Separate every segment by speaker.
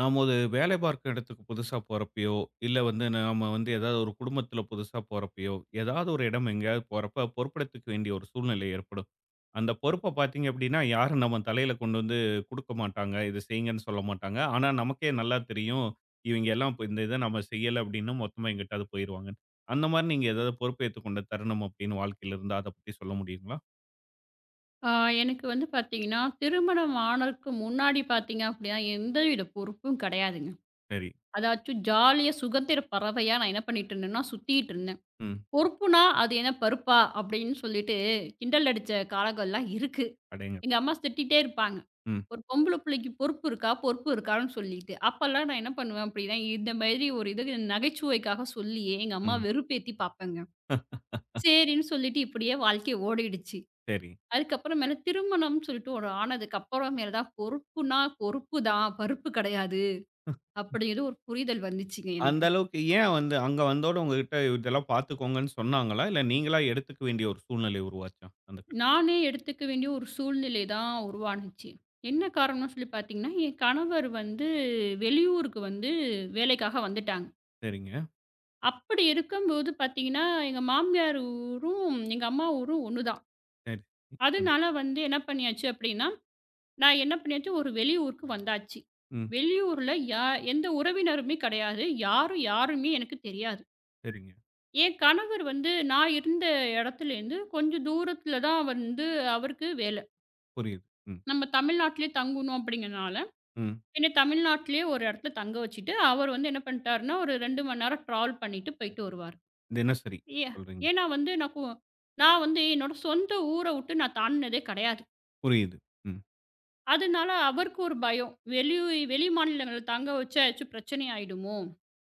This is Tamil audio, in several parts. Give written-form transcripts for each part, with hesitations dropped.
Speaker 1: நாம ஒரு வேலை பார்க்குற இடத்துக்கு புதுசா போறப்பயோ, இல்ல வந்து நாம வந்து ஏதாவது ஒரு குடும்பத்துல புதுசா போறப்பயோ, ஏதாவது ஒரு இடம் எங்கேயாவது போறப்ப பொறுப்பெடுத்துக்க வேண்டிய ஒரு சூழ்நிலை ஏற்படும். அந்த பொறுப்ப பார்த்தீங்க அப்படின்னா, யாரும் நம்ம தலையில கொண்டு வந்து குடுக்க மாட்டாங்க. "இத செய்யுங்கன்னு" சொல்ல மாட்டாங்க. ஆனா, நமக்கே நல்லா தெரியும். இவங்க எல்லாம் இப்ப இந்த இத நம்ம செய்யல அப்படின்னா, மொத்தமா எங்கிட்டாவது போயிருவாங்கன்னு. அந்த மாரி நீங்க ஏதாவது பொறுப்பேத்துக் கொண்ட தருணம் அப்படின்னு வாழ்க்கையில இருந்தா, அத பத்தி சொல்ல முடியுங்களா?
Speaker 2: ஆ, எனக்கு வந்து பார்த்தீங்கன்னா, திருமணம் ஆனதுக்கு முன்னாடி பார்த்தீங்க அப்படின்னா, எந்தவித பொறுப்பும் கிடையாதுங்க.
Speaker 1: சரி.
Speaker 2: அதாச்சும் ஜாலியா சுதந்திர பறவையா நான் என்ன பண்ணிட்டு இருந்தேன்னா, சுத்திட்டு இருந்தேன்.
Speaker 1: ம்.
Speaker 2: பொறுப்புனா, அது என்ன பருப்பா? அப்படின்னு சொல்லிட்டு கிண்டல் அடிச்ச காலங்கள்லாம் இருக்கு. எங்க
Speaker 1: அடேங்கப்பா!
Speaker 2: அம்மா திட்டிட்டே இருப்பாங்க.
Speaker 1: ம்.
Speaker 2: ஒரு பொம்பள பிள்ளைக்கு பொறுப்பு இருக்கா? பொறுப்பு இருக்கான்னு சொல்லிட்டு. அப்பல்லாம் நான் என்ன பண்ணுவேன் அப்படின்னா, இந்த மாதிரி ஒரு இது நகைச்சுவைக்காக சொல்லியே எங்க அம்மா
Speaker 1: ம்.
Speaker 2: வெறுப்பேத்தி பார்ப்பேங்க. சரின்னு சொல்லிட்டு இப்படியே வாழ்க்கை ஓடிடுச்சு.
Speaker 1: சரி.
Speaker 2: அதுக்கப்புறமேல திருமணம்னு சொல்லிட்டு ஒரு ஆனதுக்கு அப்புறமேல தான் பொறுப்புனா பொறுப்பு தான் பருப்பு கிடையாது அப்படிங்கிற ஒரு புரிதல் வந்துச்சுங்க
Speaker 1: அந்த
Speaker 2: எனக்கு.
Speaker 1: அளவுக்கு ஏன் வந்து அங்க வந்தோட உங்ககிட்ட இதெல்லாம் பார்த்துக்கோங்கன்னு சொன்னாங்களா? இல்ல நீங்களா எடுத்துக்க வேண்டிய ஒரு சூழ்நிலை உருவாச்சா? அந்த கட்டத்துல?
Speaker 2: நானே எடுத்துக்க வேண்டிய ஒரு சூழ்நிலை தான் உருவானுச்சு. என்ன காரணம்னு சொல்லி பார்த்தீங்கன்னா, என் கணவர் வந்து வெளியூருக்கு வந்து வேலைக்காக வந்துட்டாங்க.
Speaker 1: சரிங்க.
Speaker 2: அப்படி இருக்கும்போது பார்த்தீங்கன்னா, எங்க மாமியார் ஊரும், எங்க அம்மா ஊரும் ஒண்ணுதான்.
Speaker 1: சரி. ம்.
Speaker 2: அதனால வந்து என்ன பண்ணியாச்சு அப்படின்னா நான் என்ன பண்ணியாச்சு, ஒரு வெளியூருக்கு வந்தாச்சு.
Speaker 1: ம்.
Speaker 2: வெளியூர்ல எந்த உறவினருமே கிடையாது. யாரும் யாருமே எனக்கு தெரியாது.
Speaker 1: சரிங்க.
Speaker 2: என் கணவர் வந்து நான் இருந்த இடத்துலேருந்து கொஞ்சம் தூரத்தில தான் வந்து அவருக்கு வேலை.
Speaker 1: புரியுது. ம்.
Speaker 2: நம்ம தமிழ்நாட்டிலேயே தங்கணும் அப்படிங்கிறனால,
Speaker 1: ம்.
Speaker 2: என்னை தமிழ்நாட்டிலேயே ஒரு இடத்துல தங்க வச்சுட்டு, அவர் வந்து என்ன பண்ணிட்டாருன்னா, ஒரு 2 மணி நேரம் ட்ராவல் பண்ணிட்டு போயிட்டு வருவாரு.
Speaker 1: தினசரி
Speaker 2: ஏ
Speaker 1: சொல்றீங்க.
Speaker 2: ஏன்னா வந்து நான் வந்து என்னோட சொந்த ஊர விட்டு நான் தாண்டுனதே கிடையாது.
Speaker 1: புரியுது. ம்.
Speaker 2: அதனால அவருக்கு ஒரு பயம். வெளி வெளி மாநிலங்கள்ல தங்க வச்சா ஏதாச்சும் பிரச்சனை ஆயிடுமோ!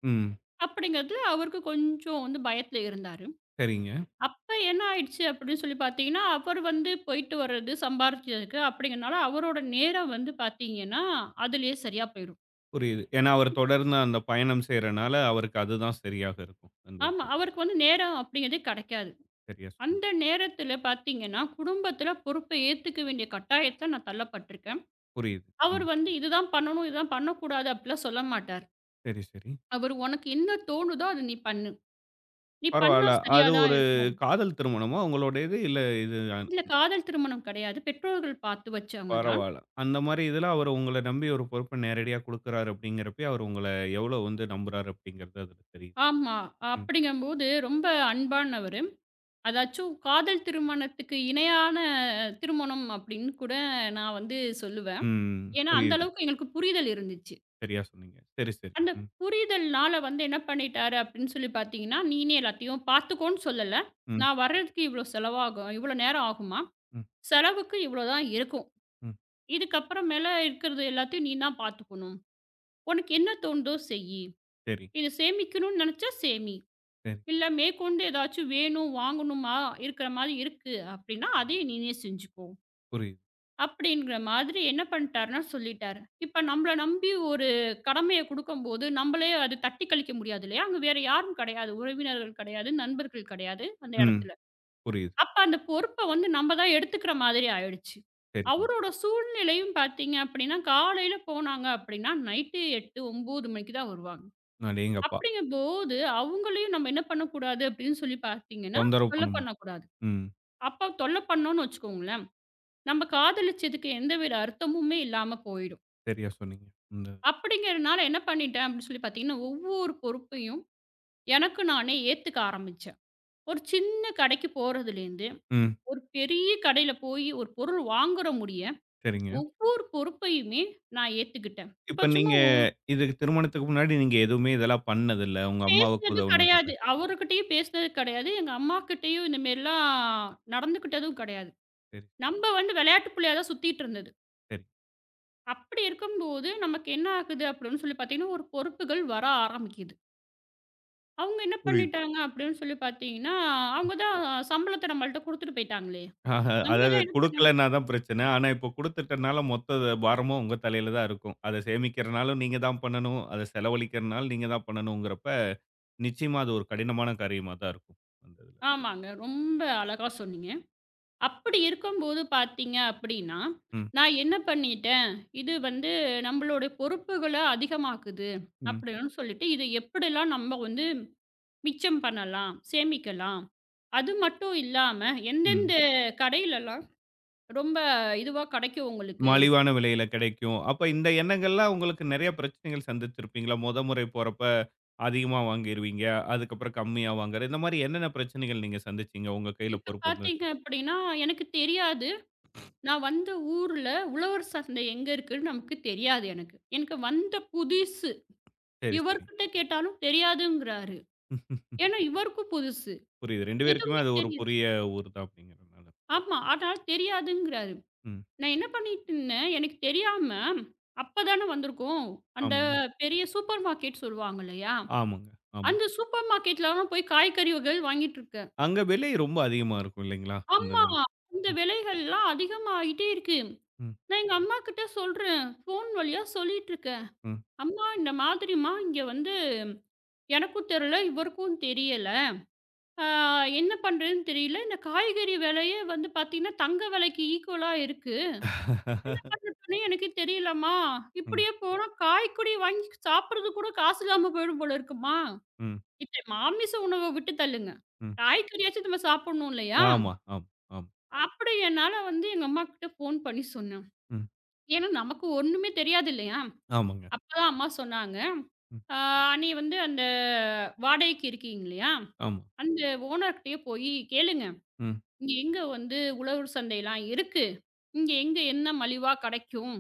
Speaker 1: ம்.
Speaker 2: அப்படிங்கிறதுல அவருக்கு கொஞ்சம் வந்து பயத்துல இருந்தாரு.
Speaker 1: சரிங்க.
Speaker 2: அப்ப என்ன ஆயிடுச்சு அப்படின்னு சொல்லி பார்த்தீங்கன்னா, அவர் வந்து போயிட்டு வர்றது, சம்பாரிச்சதுக்கு அப்படிங்கிறனால அவரோட நேரம் வந்து பார்த்தீங்கன்னா, அதிலேயே சரியா போயிரும்.
Speaker 1: புரியுது. ஏன்னா அவர் தொடர்ந்து அந்த பயணம் செய்றனால, அவருக்கு அதுதான் சரியாக இருக்கும். அந்த
Speaker 2: ஆமா.
Speaker 1: இதுல.
Speaker 2: அவருக்கு வந்து நேரம் அப்படிங்கிறதே கிடைக்காது.
Speaker 1: சரியா சொன்னீங்க.
Speaker 2: அந்த நேரத்தில பார்த்தீங்கன்னா, குடும்பத்தில பொறுப்ப ஏத்துக்க வேண்டிய கட்டாயத்த நான் தள்ளப்பட்டுருக்கேன்.
Speaker 1: புரியுது. ம்.
Speaker 2: அவர் வந்து இதுதான் பண்ணணும், இதுதான் பண்ணக்கூடாது அப்படிலாம் சொல்ல மாட்டார்.
Speaker 1: சரி, சரி.
Speaker 2: அவர் உனக்கு என்ன தோணுதோ அத நீ பண்ணு. நீ பண்ணா
Speaker 1: பரவால்ல.
Speaker 2: சரியா
Speaker 1: அது
Speaker 2: தான்
Speaker 1: ஒரு
Speaker 2: இருக்கும்.
Speaker 1: காதல் திருமணமா உங்களோடது? இல்ல இது
Speaker 2: இல்ல காதல் திருமணம் கிடையாது. பெற்றோர்கள் பார்த்து வச்சவங்க தான்.
Speaker 1: பரவால்ல. அந்த மாரி இதுல அவரு உங்கள நம்பி ஒரு பொறுப்ப நேரடியா குடுக்குறாரு அப்படிங்கிறப்பயே, அவரு உங்கள எவ்வளோ வந்து நம்புறாரு அப்படிங்கிறது அதுல தெரியுது.
Speaker 2: ஆமா.
Speaker 1: ம்.
Speaker 2: அப்படிங்கும்போது ரொம்ப அன்பானவரு. அதாச்சும் காதல் திருமணத்துக்கு இணையான திருமணம் அப்படின்னு கூட நான் வந்து சொல்லுவேன்.
Speaker 1: ம்.
Speaker 2: ஏன்னா, அந்த
Speaker 1: புரியுது.
Speaker 2: அளவுக்கு எங்களுக்கு புரிதல் இருந்துச்சு.
Speaker 1: சரியா சொன்னீங்க. சரி, சரி.
Speaker 2: அந்த
Speaker 1: ம்.
Speaker 2: புரிதல்னால வந்து என்ன பண்ணிட்டாரு அப்படின்னு சொல்லி பார்த்தீங்கன்னா, "நீனே எல்லாத்தையும் பார்த்துக்கோன்னு சொல்லல.
Speaker 1: ம்.
Speaker 2: நான் வர்றதுக்கு இவ்வளோ செலவாகும். இவ்வளோ நேரம் ஆகுமா?
Speaker 1: ம்.
Speaker 2: செலவுக்கு இவ்வளோ தான் இருக்கும்.
Speaker 1: ம்.
Speaker 2: இதுக்கப்புறம் மேல இருக்கிறது எல்லாத்தையும் நீ தான் பார்த்துக்கணும்." உனக்கு என்ன தோணுதோ செய்யி.
Speaker 1: சரி,
Speaker 2: இது சேமிக்கணும்னு நெனச்சா சேமி.
Speaker 1: சரி.
Speaker 2: இல்ல மேற்கொண்டு ஏதாச்சும் வேணும், வாங்கணுமா இருக்கிற மாரி இருக்கு அப்டின்னா, அதையும் நீனே செஞ்சுக்கோ.
Speaker 1: புரியுது.
Speaker 2: அப்டிங்கிற மாதிரி என்ன பண்ட்டாருன்னா சொல்லிட்டாரு. இப்ப நம்மள நம்பி ஒரு கடமைய குடுக்கும்போது, நம்மளே அது தட்டி கழிக்க முடியாது இல்லையா? அங்க வேற யாரும் கெடையாது. உறவினர்கள் கெடையாது, நண்பர்கள் கெடையாது அந்த
Speaker 1: ம்.
Speaker 2: எடத்துல.
Speaker 1: புரியுது.
Speaker 2: அப்ப அந்த பொறுப்ப வந்து நம்ம தான் எடுத்துக்கிற மாதிரி ஆயிடுச்சு.
Speaker 1: சரிங்க.
Speaker 2: அவரோட சூழ்நிலையும் பாத்தீங்க அப்டின்னா, காலையில போனாங்க அப்டின்னா, நைட்டு 8, 9 மணிக்கு தான் வருவாங்க.
Speaker 1: அடேங்கப்பா!
Speaker 2: அப்படிங்கும்போது, அவங்களையும் நம்ம என்ன பண்ணக்கூடாது அப்படின்னு சொல்லி பார்த்தீங்கன்னா,
Speaker 1: தொந்தரவு
Speaker 2: தொல்ல
Speaker 1: பண்ண முடியும்.
Speaker 2: பண்ணக்கூடாது.
Speaker 1: ம்.
Speaker 2: அப்ப தொல்ல பண்ணோம்ன்னு வச்சுக்கோங்களேன், நம்ம காதலிச்சதுக்கு எந்தவித அர்த்தமுமே இல்லாம போயிடும்.
Speaker 1: சரியா சொன்னீங்க. இந்த
Speaker 2: அப்படிங்கிறனால என்ன பண்ணிட்டேன் அப்படின்னு சொல்லி பார்த்தீங்கன்னா, ஒவ்வொரு பொறுப்பையும் எனக்கு நானே ஏத்துக்க ஆரம்பிச்சேன். ஒரு சின்ன கடைக்கு போறதுலேருந்து,
Speaker 1: ம்.
Speaker 2: ஒரு பெரிய கடையில போய் ஒரு பொருள் வாங்குற முடிய,
Speaker 1: சரிங்க.
Speaker 2: ஒவ்வொரு பொறுப்பையுமே நான் ஏத்துக்கிட்டேன்.
Speaker 1: இப்ப
Speaker 2: இப்ப சும்மா
Speaker 1: நீங்க இதுக்கு திருமணத்துக்கு முன்னாடி நீங்க எதுவுமே இதெல்லாம் பண்ணதில்ல. உங்க அம்மாவுக்கு
Speaker 2: பேசினது
Speaker 1: உதவுனதில்ல.
Speaker 2: கிடையாது. அவருகிட்டயும் பேசினது கிடையாது. எங்க அம்மாகிட்டயும் இந்த மாரிலாம் நடந்துக்கிட்டதும் கிடையாது.
Speaker 1: சரி,
Speaker 2: நம்ப வந்து விளையாட்டு புள்ளையா தான் சுத்திட்டு இருந்தது.
Speaker 1: சரி.
Speaker 2: அப்படி இருக்கும்போது, நமக்கு என்ன ஆகுது அப்படின்னு சொல்லி பார்த்தீங்கன்னா, ஒரு பொறுப்புகள் வர ஆரம்பிக்குது. அவங்க என்ன
Speaker 1: புரியுது.
Speaker 2: பண்ணிட்டாங்க அப்படின்னு சொல்லி பார்த்தீங்கன்னா, அவங்க தான் சம்பளத்த நம்மள்ட்ட குடுத்துட்டு போயிட்டாங்களே!
Speaker 1: ஆஹ,
Speaker 2: நம்ம
Speaker 1: அதாவது
Speaker 2: தான் என்ன பண்
Speaker 1: குடுக்கலன்னா தான் பிரச்சனை. ஆனா இப்போ குடுத்துட்டனால மொத்த பாரமும் உங்க தலையில தான் இருக்கும். அத சேமிக்கிறனாலும் நீங்க தான் பண்ணணும். அத செலவழிக்கிறனாலும் நீங்க தான் பண்ணணுங்கிறப்ப, நிச்சயமா அது ஒரு கடினமான காரியமா தான் இருக்கும். அந்த இதுல.
Speaker 2: ஆமாங்க. ரொம்ப அழகா சொன்னீங்க. அப்படி இருக்கும்போது பார்த்தீங்க அப்படின்னா,
Speaker 1: ம்,
Speaker 2: நான் என்ன பண்ணிட்டேன், இது வந்து நம்மளுடைய பொறுப்புகள அதிகமாக்குது
Speaker 1: ம்,
Speaker 2: அப்படின்னு சொல்லிட்டு, இத எப்படிலாம் நம்ம வந்து மிச்சம் பண்ணலாம், சேமிக்கலாம். அது மட்டும் இல்லாம,
Speaker 1: ம்.
Speaker 2: எந்தெந்த கடையிலலாம் ரொம்ப இதுவா கிடைக்கும் உங்களுக்கு.
Speaker 1: மலிவான விலையில கிடைக்கும். அப்ப இந்த எண்ணங்கள்லாம் உங்களுக்கு நெறைய பிரச்சனைகள் சந்திச்சிருப்பீங்களா? மொத முறை போறப்ப அதிகமா வாங்கிருவீங்க. அதுக்கப்புறம் கம்மியா வாங்குறது. இந்த மாரி என்னென்ன பிரச்சனைகள் நீங்க சந்திச்சீங்க? உங்க கையில
Speaker 2: இப்ப
Speaker 1: பொறுப்பு இருந்தது.
Speaker 2: பார்த்தீங்க அப்படின்னா, எனக்கு தெரியாது. நான் வந்த ஊர்ல உழவர் சந்தை எங்க இருக்குன்னு நமக்கு தெரியாது எனக்கு. எனக்கு வந்த புதுசு.
Speaker 1: சரி, சரி.
Speaker 2: இவர்கிட்ட கேட்டாலும் தெரியாதுங்கிறாரு. ஏன்னா இவருக்கும் புதுசு.
Speaker 1: புரியுது. 2 பேருக்குமே
Speaker 2: எதுவுமே
Speaker 1: அது ஒரு
Speaker 2: தெரியாது.
Speaker 1: புதிய ஊர் தான் அப்படிங்கிறதுனால.
Speaker 2: ஆமா. அதனால தெரியாதுங்கிறாரு.
Speaker 1: ம்.
Speaker 2: நான் என்ன பண்ணிட்டு இருந்தேன், எனக்கு தெரியாம அப்ப தானே வந்திருக்கோம். அந்த
Speaker 1: ஆமாங்க.
Speaker 2: பெரிய சூப்பர் மார்க்கெட் சொல்லுவாங்க இல்லையா?
Speaker 1: ஆமாங்க. ஆமா.
Speaker 2: அந்த சூப்பர் மார்க்கெட்லலாம் போய் காய்கறி வகைகள் வாங்கிட்டு இருக்கேன்.
Speaker 1: அங்க விலை ரொம்ப அதிகமா இருக்கும் இல்லைங்களா? அந்த
Speaker 2: ஆமா.
Speaker 1: இதுல.
Speaker 2: இந்த
Speaker 1: ம்.
Speaker 2: விலைகள்லாம் அதிகமாயிட்டே இருக்கு.
Speaker 1: ம்.
Speaker 2: நான் எங்க அம்மாகிட்ட சொல்றேன். ஃபோன் வழியா சொல்லிட்டு இருக்கேன்.
Speaker 1: ம்.
Speaker 2: "அம்மா இந்த மாதிரிம்மா இங்க வந்து எனக்கும் தெரியல, இவருக்கும் தெரியல. ஆ என்ன பண்றதுன்னு தெரியல. இந்த காய்கறி விலையே வந்து பார்த்தீங்கன்னா, தங்க விலைக்கு ஈக்குவலா இருக்கு. பண்ணி எனக்கு தெரியலம்மா. இப்படியே போனா காய்கறி வாங்கி சாப்பிடுறதுக்கு கூட காசு இல்லாம போயிடும் போல இருக்கும்மா."
Speaker 1: ம்.
Speaker 2: இப்ப மாமிச உணவ விட்டு தள்ளுங்க.
Speaker 1: ம்.
Speaker 2: காய்கறியாச்சும் நம்ம சாப்பிடணும் இல்லையா?
Speaker 1: ஆமா, ஆமா, ஆமா.
Speaker 2: அப்படி என்னால வந்து எங்க அம்மாகிட்ட ஃபோன் பண்ணி சொன்னேன்.
Speaker 1: ம்.
Speaker 2: ஏன்னா நமக்கு ஒண்ணுமே தெரியாது இல்லையா?
Speaker 1: ஆமாங்க.
Speaker 2: அப்பதான் அம்மா சொன்னாங்க,
Speaker 1: ம்.
Speaker 2: "ஆ நீ வந்து அந்த வாடகைக்கு இருக்கீங்க இல்லையா?
Speaker 1: ஆமா.
Speaker 2: அந்த ஓனர்கிட்டயே போயி கேளுங்க.
Speaker 1: ம்.
Speaker 2: இங்க எங்க வந்து உழவர் சந்தைலாம் இருக்கு? இங்க எங்க என்ன மலிவா கெடைக்கும்?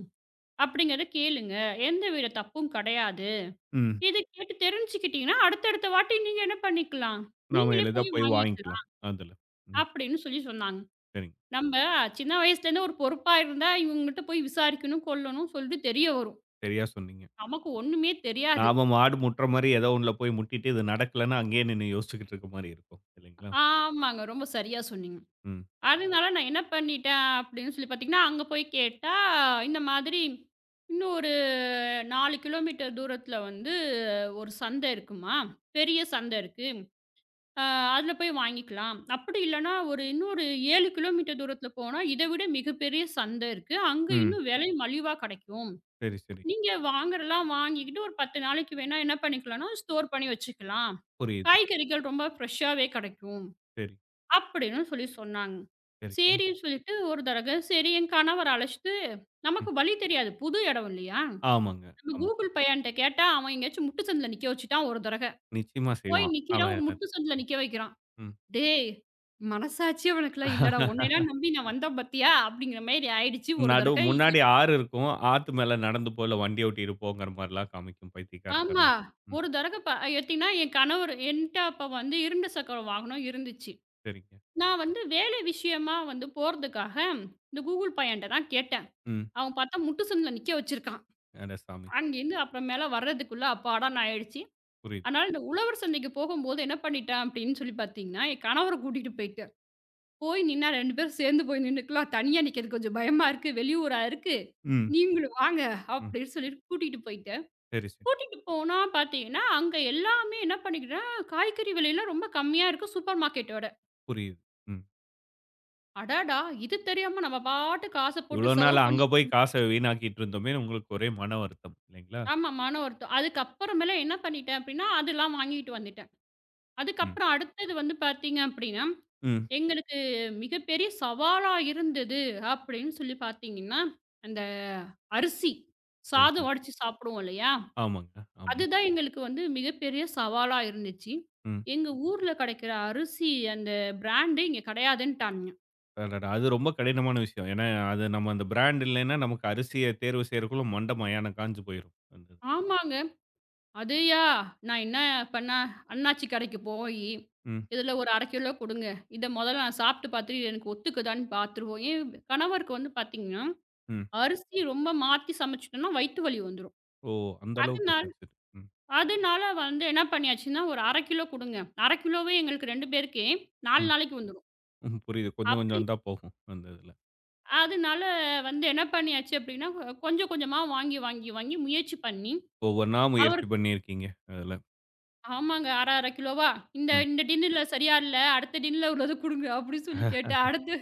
Speaker 2: அப்படிங்கிறத கேளுங்க. எந்தவித தப்பும் கெடையாது.
Speaker 1: ம்.
Speaker 2: இது கேட்டு தெரிஞ்சுக்கிட்டீங்கன்னா, அடுத்தடுத்த வாட்டி நீங்க என்ன பண்ணிக்கலாம்?
Speaker 1: நாம
Speaker 2: நீங்களே
Speaker 1: எளிதா
Speaker 2: போய்
Speaker 1: போய் வாங்கிக்கலாம்.
Speaker 2: வாங்கிக்கலாம்."
Speaker 1: அதுல. ம்.
Speaker 2: அப்படின்னு சொல்லி சொன்னாங்க.
Speaker 1: சரிங்க.
Speaker 2: நம்ம சின்ன வயசுலேருந்து ஒரு பொறுப்பா இருந்தா, இவங்ககிட்ட போய் விசாரிக்கணும், கொல்லணும் சொல்லிட்டு தெரிய வரும்.
Speaker 1: சரியா சொன்னீங்க.
Speaker 2: நமக்கு ஒண்ணுமே தெரியாது.
Speaker 1: நாம மாடு முட்டுற மாரி ஏதோ ஒண்ணுல போய் முட்டிட்டு இது நடக்கலன்னா, அங்கேயே நின்னு யோசிச்சுக்கிட்டு இருக்க மாரி இருக்கும். இல்லைங்களா?
Speaker 2: ஆமாங்க. ரொம்ப சரியா சொன்னீங்க.
Speaker 1: ம்.
Speaker 2: அதனால நான் என்ன பண்ணிட்டேன் அப்படின்னு சொல்லி பார்த்தீங்கன்னா, அங்க போய் கேட்டா, இந்த மாதிரி இன்னும் ஒரு 4 கிலோமீட்டர் தூரத்தில வந்து ஒரு சந்தை இருக்குமா, பெரிய சந்தை இருக்கு. அ அதில போய் வாங்கிக்கலாம். அப்படி இல்லன்னா, ஒரு இன்னொரு 7 கிலோமீட்டர் தூரத்தில போனா, இத விட மிகப்பெரிய சந்தை இருக்கு. அங்க
Speaker 1: ம்.
Speaker 2: இன்னும் விலை மலிவா கிடைக்கும்.
Speaker 1: சரி, சரி.
Speaker 2: நீங்க வாங்குறலாம் வாங்கிக்கிட்டு ஒரு 10 நாளைக்கு வேணா என்ன பண்ணிக்கலாம்னா, ஸ்டோர் பண்ணி வச்சுக்கலாம்.
Speaker 1: புரியுது.
Speaker 2: காய்கறிகள் ரொம்ப ஃப்ரெஷ்ஷாவே கெடைக்கும்.
Speaker 1: சரி,
Speaker 2: அப்படின்னு சொல்லி சொன்னாங்க.
Speaker 1: சரிங்க.
Speaker 2: சரின்னு சொல்லிட்டு ஒரு தடவ சரி என் கணவர அழைச்சுட்டு
Speaker 1: ம்.
Speaker 2: நமக்கு வழி தெரியாது. புது இடம் இல்லையா?
Speaker 1: ஆமாங்க.
Speaker 2: நம்ம
Speaker 1: ஆமா.
Speaker 2: கூகுள் பையன்ட்ட கேட்டா, அவன் எங்கேயாச்சும் முட்டு சந்துல நிக்க வச்சுட்டான் ஒரு தடவ.
Speaker 1: நிச்சயமா
Speaker 2: போய்
Speaker 1: செய்வான்.
Speaker 2: நிக்கிறான் ஒரு
Speaker 1: அவன்.
Speaker 2: முட்டு சந்துல நிக்க வைக்கிறான்.
Speaker 1: ம்.
Speaker 2: "டேய்! மனசாட்சியே உனக்குலாம் இல்லடா! உன்னையெல்லாம் நம்பி நான் வந்தேன் பாத்தியா?" அப்படிங்கிற மாரி ஆயிடுச்சு ஒரு
Speaker 1: நடு
Speaker 2: தடவ.
Speaker 1: முன்னாடி ஆறு இருக்கும். ஆத்து மேல நடந்து போ, இல்ல வண்டி ஓட்டிட்டு போங்கிற மாரிலாம் காமிக்கும்
Speaker 2: ஆமா.
Speaker 1: பைத்தியக்காரத்தனமா. ம்.
Speaker 2: ஒரு தடவ ப எப்டின்னா, என் கணவர் என்ட்ட அப்ப வந்து இரண்டு சக்கரம் வாகனம் இருந்துச்சு.
Speaker 1: சரிங்க.
Speaker 2: நான் வந்து வேலை விஷயமா வந்து போறதுக்காக, இந்த கூகுள் பையன்ட்ட தான் கேட்டேன்.
Speaker 1: ம்.
Speaker 2: அவன் பார்த்தா முட்டு சந்துல நிக்க வச்சிருக்கான்.
Speaker 1: அட சாமி!
Speaker 2: அங்கேருந்து அப்புறமேல வர்றதுக்குள்ள அப்பாடான்னு ஆயிடுச்சு.
Speaker 1: புரியுது.
Speaker 2: அதனால இந்த உழவர் சந்தைக்கு போகும்போது என்ன பண்ணிட்டேன் அப்டின்னு சொல்லி பார்த்தீங்கன்னா, என் கணவர கூட்டிட்டு போயிட்டேன். போய் நின்னா 2 பேரும் சேர்ந்து போய் நின்னுக்கலாம். தனியா நிக்கிறது கொஞ்சம் பயமா இருக்கு. வெளியூரா இருக்கு.
Speaker 1: ம்.
Speaker 2: நீங்களும் வாங்க
Speaker 1: ம்.
Speaker 2: அப்டின்னு சொல்லிட்டு கூட்டிட்டு போயிட்டேன்.
Speaker 1: சரி, சரி.
Speaker 2: கூட்டிட்டு போனா பார்த்தீங்கன்னா, அங்க எல்லாமே என்ன பண்ணிக்கிறேன், காய்கறி விலைலாம் ரொம்ப கம்மியா இருக்கு சூப்பர் மார்க்கெட்ட விட.
Speaker 1: புரியுது. ம்.
Speaker 2: அடடா! இது தெரியாம நம்ம பாட்டுக்கு ஆசை போட்டு
Speaker 1: இவ்ளோ நாள்
Speaker 2: செலவு பண்ணி
Speaker 1: அங்க போய் காச வீணாக்கிட்டு இருந்தோமேன்னு உங்களுக்கு ஒரே மன வருத்தம் இல்லைங்களா?
Speaker 2: ஆமா, மன வருத்தம். அதுக்கப்புறமேல என்ன பண்ணிட்டேன் அப்டின்னா, அதெல்லாம் வாங்கிட்டு வந்துட்டேன்.
Speaker 1: ம்.
Speaker 2: அதுக்கப்புறம் அடுத்தது வந்து பார்த்தீங்க அப்டின்னா,
Speaker 1: ம்.
Speaker 2: எங்களுக்கு மிகப்பெரிய சவாலா இருந்தது அப்டின்னு சொல்லி பார்த்தீங்கன்னா, அந்த அரிசி
Speaker 1: சரி,
Speaker 2: சாதம்
Speaker 1: சரி.
Speaker 2: வடிச்சு சாப்பிடுவோம் இல்லையா?
Speaker 1: ஆமாங்க. ஆமா.
Speaker 2: அதுதான் எங்களுக்கு வந்து மிகப்பெரிய சவாலா இருந்துச்சு.
Speaker 1: ம்.
Speaker 2: எங்க ஊர்ல கிடைக்கிற அரிசி அந்த பிராண்டு இங்க கிடையாதுன்ட்டானுங்க.
Speaker 1: அடடா! அது ரொம்ப கடினமான விஷயம். ஏன்னா, அது நம்ம அந்த பிராண்ட் இல்லைன்னா, நமக்கு அரிசிய தேர்வு செய்றதுக்குள்ள மண்ட மயானம் காஞ்சு போயிரும். அந்த இது.
Speaker 2: ஆமாங்க. "அதயா நான் என்ன பண்ண அண்ணாச்சி கடைக்கு போயி,
Speaker 1: ம்.
Speaker 2: இதில ஒரு 1/2 கிலோ குடுங்க. இத மொதல்ல நான் சாப்பிட்டு பார்த்துட்டு இது எனக்கு ஒத்துக்குதான்னு பார்த்துருவோம்." என் கணவருக்கு வந்து பார்த்தீங்கன்னா,
Speaker 1: ம்.
Speaker 2: அரிசி ரொம்ப மாத்தி சமைச்சுட்டோம்னா வயித்து வலி வந்துரும்.
Speaker 1: ஓ! அந்த அளவுக்கு
Speaker 2: அதனால
Speaker 1: சென்சிட்டிவ். ம்.
Speaker 2: அதனால வந்து என்ன பண்ணியாச்சுன்னா, "ஒரு 1/2 கிலோ குடுங்க. 1/2 கிலோவே எங்களுக்கு 2 பேருக்கே 4
Speaker 1: ம்.
Speaker 2: நாளைக்கு வந்துரும்."
Speaker 1: ம். புரியுது. கொஞ்சம் கொஞ்சம்
Speaker 2: அப்படி
Speaker 1: வந்தா போகும். அந்த இதுல.
Speaker 2: அதனால வந்து என்ன பண்ணியாச்சு அப்டின்னா, கொஞ்சம் கொஞ்சமா வாங்கி, வாங்கி, வாங்கி முயற்சி பண்ணி
Speaker 1: ஒவ்வொன்னா முயற்சி
Speaker 2: அவருக்கு
Speaker 1: பண்ணியிருக்கீங்க. அதுல.
Speaker 2: ஆமாங்க. 1/2 கிலோவா? இந்த
Speaker 1: ம்.
Speaker 2: இந்த டின்னுல சரியா இல்ல. அடுத்த டின்ல உள்ளத குடுங்க அப்டின்னு சொல்லி கேட்டு, அடுத்து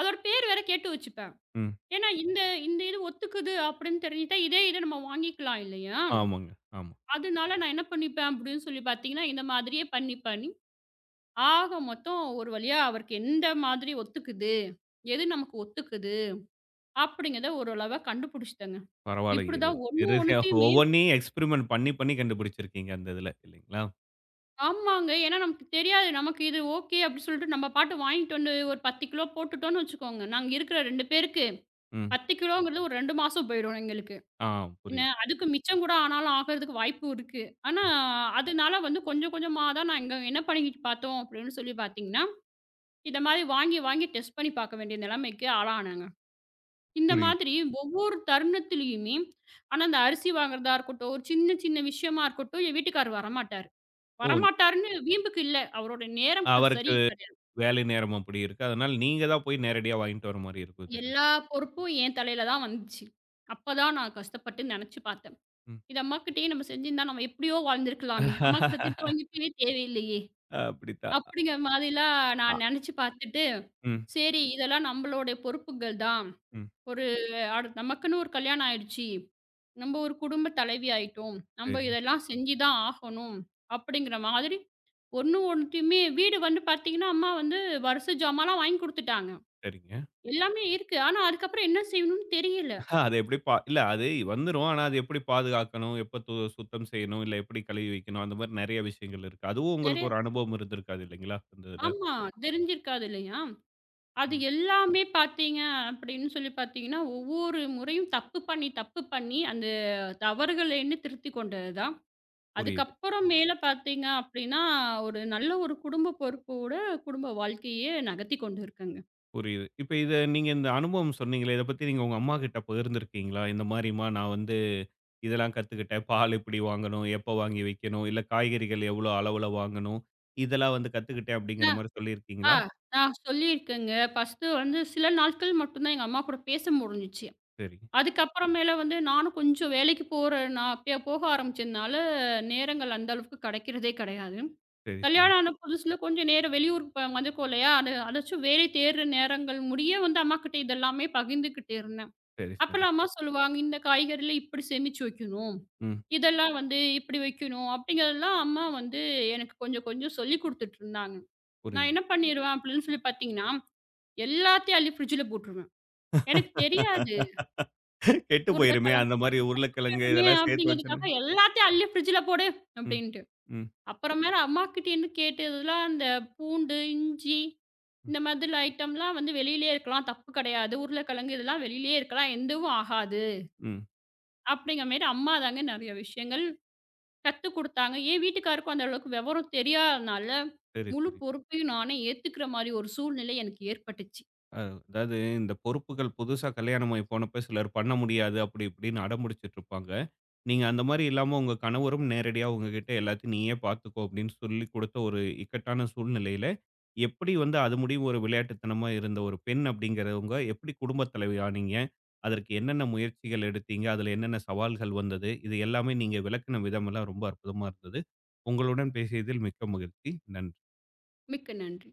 Speaker 2: அதோட பேர் வேற கேட்டு வச்சுப்பேன்.
Speaker 1: ம்.
Speaker 2: ஏன்னா இந்த இந்த இது ஒத்துக்குது அப்டின்னு தெரிஞ்சுட்டா, இதே இத நம்ம வாங்கிக்கலாம் இல்லையா?
Speaker 1: ஆமாங்க. ஆமா.
Speaker 2: அதனால நான் என்ன பண்ணிப்பேன் அப்டின்னு சொல்லி பார்த்தீங்கன்னா, இந்த மாதிரியே பண்ணி, பண்ணி ஆக மொத்தம் ஒரு வழியா அவருக்கு எந்த மாதிரி ஒத்துக்குது, எது நமக்கு ஒத்துக்குது அப்டிங்கிறத ஓரளவா கண்டுபிடிச்சுட்டேங்க.
Speaker 1: பரவால்ல.
Speaker 2: இப்டிதான் ஒண்ணு
Speaker 1: இறுதியா
Speaker 2: ஒண்ணுத்தையுமே
Speaker 1: ஒவ்வொன்னையும் எக்ஸ்பெரிமென்ட் பண்ணி, பண்ணி கண்டுபிடிச்சிருக்கீங்க அந்த இதுல. இல்லைங்களா?
Speaker 2: ஆமாங்க. ஏன்னா நமக்கு தெரியாது. நமக்கு இது ஓகே அப்டி சொல்லிட்டு நம்ம பாட்டு வாங்கிட்டு வந்து ஒரு 10 கிலோ போட்டுட்டோம்னு வச்சுக்கோங்க. நாங்க இருக்கிற 2 பேருக்கு
Speaker 1: ம்.
Speaker 2: 10 கிலோங்கிறது ஒரு 2 மாசம் போயிடும் எங்களுக்கு.
Speaker 1: ஆ
Speaker 2: என்ன
Speaker 1: புரியுது,
Speaker 2: அதுக்கு மிச்சம் கூட ஆனாலும் ஆகறதுக்கு வாய்ப்பு இருக்கு. ஆனா அதனால வந்து கொஞ்சம் கொஞ்சமா தான் நாங்க என்ன பண்ணிக்கிட்டு பார்த்தோம் அப்டின்னு சொல்லி பார்த்தீங்கன்னா, இந்த மாதிரி வாங்கி வாங்கி டெஸ்ட் பண்ணி பார்க்க வேண்டிய நிலைமைக்கு ஆளானாங்க. இந்த
Speaker 1: புரியுது.
Speaker 2: மாதிரி ஒவ்வொரு தருணத்திலயுமே ஆனா அந்த அரிசி வாங்குறதா இருக்கட்டும், ஒரு சின்ன சின்ன விஷயமா இருக்கட்டும், என் வீட்டுக்காரர் வரமாட்டாரு.
Speaker 1: ஓ!
Speaker 2: வரமாட்டாருன்னு வீம்புக்கு இல்ல. அவரோட நேரம் க சரி
Speaker 1: அவருக்கு
Speaker 2: கிடையாது.
Speaker 1: வேலை நேரம் அப்படி இருக்கு. அதனால நீங்க தான் போய் நேரடியா வாங்கிட்டு வர மாரி இருக்கும் இதெல்லாம்.
Speaker 2: எல்லா பொறுப்பும் என் தலையில தான் வந்துச்சு. அப்பதான் நான் கஷ்டப்பட்டு நெனச்சு பார்த்தேன்.
Speaker 1: ம்.
Speaker 2: இது அம்மாகிட்டயே நம்ம செஞ்சிருந்தா நம்ம எப்படியோ வாழ்ந்திருக்கலாமே! அம்மாகிட்ட திட்டு வாங்கிட்டே தேவையில்லையே!
Speaker 1: அப்படித்தான்.
Speaker 2: அப்படிங்கிற மாதிரிலாம்
Speaker 1: அ.
Speaker 2: நான் நெனச்சு பார்த்துட்டு,
Speaker 1: ம்.
Speaker 2: சரி இதெல்லாம் நம்மளோட பொறுப்புகள் தான்.
Speaker 1: ம்.
Speaker 2: ஒரு அடு நமக்குன்னு ஒரு கல்யாணம் ஆயிடுச்சு. நம்ம ஒரு குடும்ப தலைவி ஆயிட்டோம். நம்ம
Speaker 1: சரி.
Speaker 2: இதெல்லாம் செஞ்சு தான் ஆகணும். அப்படிங்கிற மாதிரி ஒண்ணு ஒண்ணுத்தையுமே வீடு வந்து பார்த்தீங்கன்னா, அம்மா வந்து வரிச ஜாமான்லாம் வாங்கி குடுத்துட்டாங்க.
Speaker 1: சரிங்க.
Speaker 2: எல்லாமே இருக்கு. ஆனா அதுக்கப்புறம் என்ன செய்யணும்னு தெரியல.
Speaker 1: அது எப்படி பா இல்ல அது வந்துரும். ஆனா அது எப்படி பாதுகாக்கணும்? எப்ப சுத்தம் செய்யணும்? இல்ல எப்படி கழுவி வைக்கணும்? அந்த மாரி நெறைய விஷயங்கள் இருக்கு. அதுவும் உங்களுக்கு
Speaker 2: நெறைய
Speaker 1: ஒரு அனுபவம் இருந்திருக்காது இல்லைங்களா? அந்த இதுல.
Speaker 2: ஆமா. தெரிஞ்சிருக்காது இல்லையா? அது
Speaker 1: ம்.
Speaker 2: எல்லாமே பார்த்தீங்க அப்படின்னு சொல்லி பார்த்தீங்கன்னா, ஒவ்வொரு முறையும் தப்பு பண்ணி, தப்பு பண்ணி அந்த தவறுகள எண்ணி திருத்திக் கொண்டது தான்
Speaker 1: புரியுது,
Speaker 2: அதுக்கப்புறம் மேல பார்த்தீங்க அப்டின்னா, ஒரு நல்ல ஒரு குடும்ப பொறுப்போட குடும்ப வாழ்க்கையே நகர்த்தி கொண்டு இருக்கேங்க.
Speaker 1: புரியுது. இப்ப இத நீங்க இந்த அனுபவம் சொன்னீங்களே, இத பத்தி நீங்க உங்க அம்மாகிட்ட பகிர்ந்திருக்கீங்களா? இந்த மாரிம்மா நான் வந்து இதெல்லாம் கத்துக்கிட்டேன். பால் இப்படி வாங்கணும், எப்ப வாங்கி வைக்கணும், இல்ல காய்கறிகள் எவ்வளோ அளவுல வாங்கணும், இதெல்லாம் வந்து கத்துக்கிட்டேன் அப்படிங்கிற
Speaker 2: நான்
Speaker 1: மாரி
Speaker 2: ஆ
Speaker 1: சொல்லியிருக்கீங்களா?
Speaker 2: நான் சொல்லியிருக்கேங்க. ஃபர்ஸ்ட்டு வந்து சில நாட்கள் மட்டும் தான் எங்க அம்மா கூட பேச முடிஞ்சுச்சு.
Speaker 1: சரி,
Speaker 2: அதுக்கப்புறமேல வந்து நானும் கொஞ்சம் வேலைக்கு போற நான் அப்பயே போக ஆரம்பிச்சதுனால, நேரங்கள் அந்த அளவுக்கு கெடைக்கிறதே கெடையாது.
Speaker 1: சரி, சரி,
Speaker 2: கல்யாணம் ஆன புதுசுல கொஞ்சம் நேரம் வெளியூருக்கு ப வந்துருக்கோம் இல்லையா? அதாச்சும் வேலை தேடுற நேரங்கள் முடிய வந்து அம்மாகிட்ட இதெல்லாமே பகிர்ந்துக்கிட்டு இருந்தேன்.
Speaker 1: சரி, சரி.
Speaker 2: அப்பலாம் அம்மா சொல்லுவாங்க, "இந்த காய்கறில இப்டி சேமிச்சு வைக்கணும்."
Speaker 1: ம்.
Speaker 2: இதெல்லாம் வந்து இப்படி வைக்கணும் அப்படிங்கிறதெல்லாம் அம்மா வந்து எனக்கு கொஞ்சம் கொஞ்சம் சொல்லிக் குடுத்துட்டு இருந்தாங்க. நான்
Speaker 1: புரியுது.
Speaker 2: என்ன பண்ணிருவேன் அப்படின்னு சொல்லி பார்த்தீங்கன்னா, எல்லாத்தையும் அள்ளி ஃப்ரிட்ஜ்ல போட்டுருவேன். எனக்கு தெரியாது.
Speaker 1: கெட்டு போயிருமே!
Speaker 2: உருளைக்கிழங்கு
Speaker 1: அந்த மாரி உருளைக்கிழங்கு
Speaker 2: வேணுமே
Speaker 1: இதெல்லாம் சேர்த்து வச்சோம்னா.
Speaker 2: அப்படிங்கிறதுக்காக எல்லாத்தையும் அள்ளி ஃப்ரிட்ஜ்ல போடு
Speaker 1: ம்.
Speaker 2: அப்படின்ட்டு.
Speaker 1: ம்.
Speaker 2: அப்புறமேல அம்மாகிட்டேருந்து கேட்டதுலாம் அந்த பூண்டு, இஞ்சி
Speaker 1: ம்.
Speaker 2: இந்த மாதிரி ஐட்டம்லாம் வந்து வெளியிலயே இருக்கலாம். தப்பு கிடையாது. உருளைக்கிழங்கு இதெல்லாம் வெளியிலயே இருக்கலாம். எதுவும் ஆகாது.
Speaker 1: ம்.
Speaker 2: அப்படிங்கிற மாரி அம்மா தாங்க நெறைய விஷயங்கள் கத்து குடுத்தாங்க. என் வீட்டுக்காருக்கும் அந்த அளவுக்கு விவரம் தெரியாதனால,
Speaker 1: சரி,
Speaker 2: முழு
Speaker 1: சரி.
Speaker 2: பொறுப்பையும் நானே ஏத்துக்கிற மாரி ஒரு சூழ்நிலை எனக்கு ஏற்பட்டுச்சு.
Speaker 1: அ அதாவது இந்த பொறுப்புகள் புதுசா கல்யாணமாகி போனப்ப சிலர் பண்ண முடியாது, அப்படி இப்படின்னு அடம்பிடிச்சுட்டு இருப்பாங்க. நீங்க அந்த மாரி இல்லாம உங்க கணவரும் நேரடியா உங்ககிட்ட எல்லாத்தையும் நீயே பார்த்துக்கோ அப்படின்னு சொல்லிக் கொடுத்த ஒரு இக்கட்டான சூழ்நிலையில, எப்படி வந்து அது முடியும் ஒரு விளையாட்டுத்தனமா இருந்த ஒரு பெண் அப்படிங்கிறவங்க எப்படி குடும்பத் தலைவி ஆனீங்க? அதற்கு என்னென்ன முயற்சிகள் எடுத்தீங்க? அதில என்னென்ன சவால்கள் வந்தது? இது எல்லாமே நீங்க விளக்குன விதமெல்லாம் ரொம்ப அற்புதமா இருந்தது. உங்களுடன் பேசியதில் மிக்க மகிழ்ச்சி. நன்றி.
Speaker 2: மிக்க நன்றி.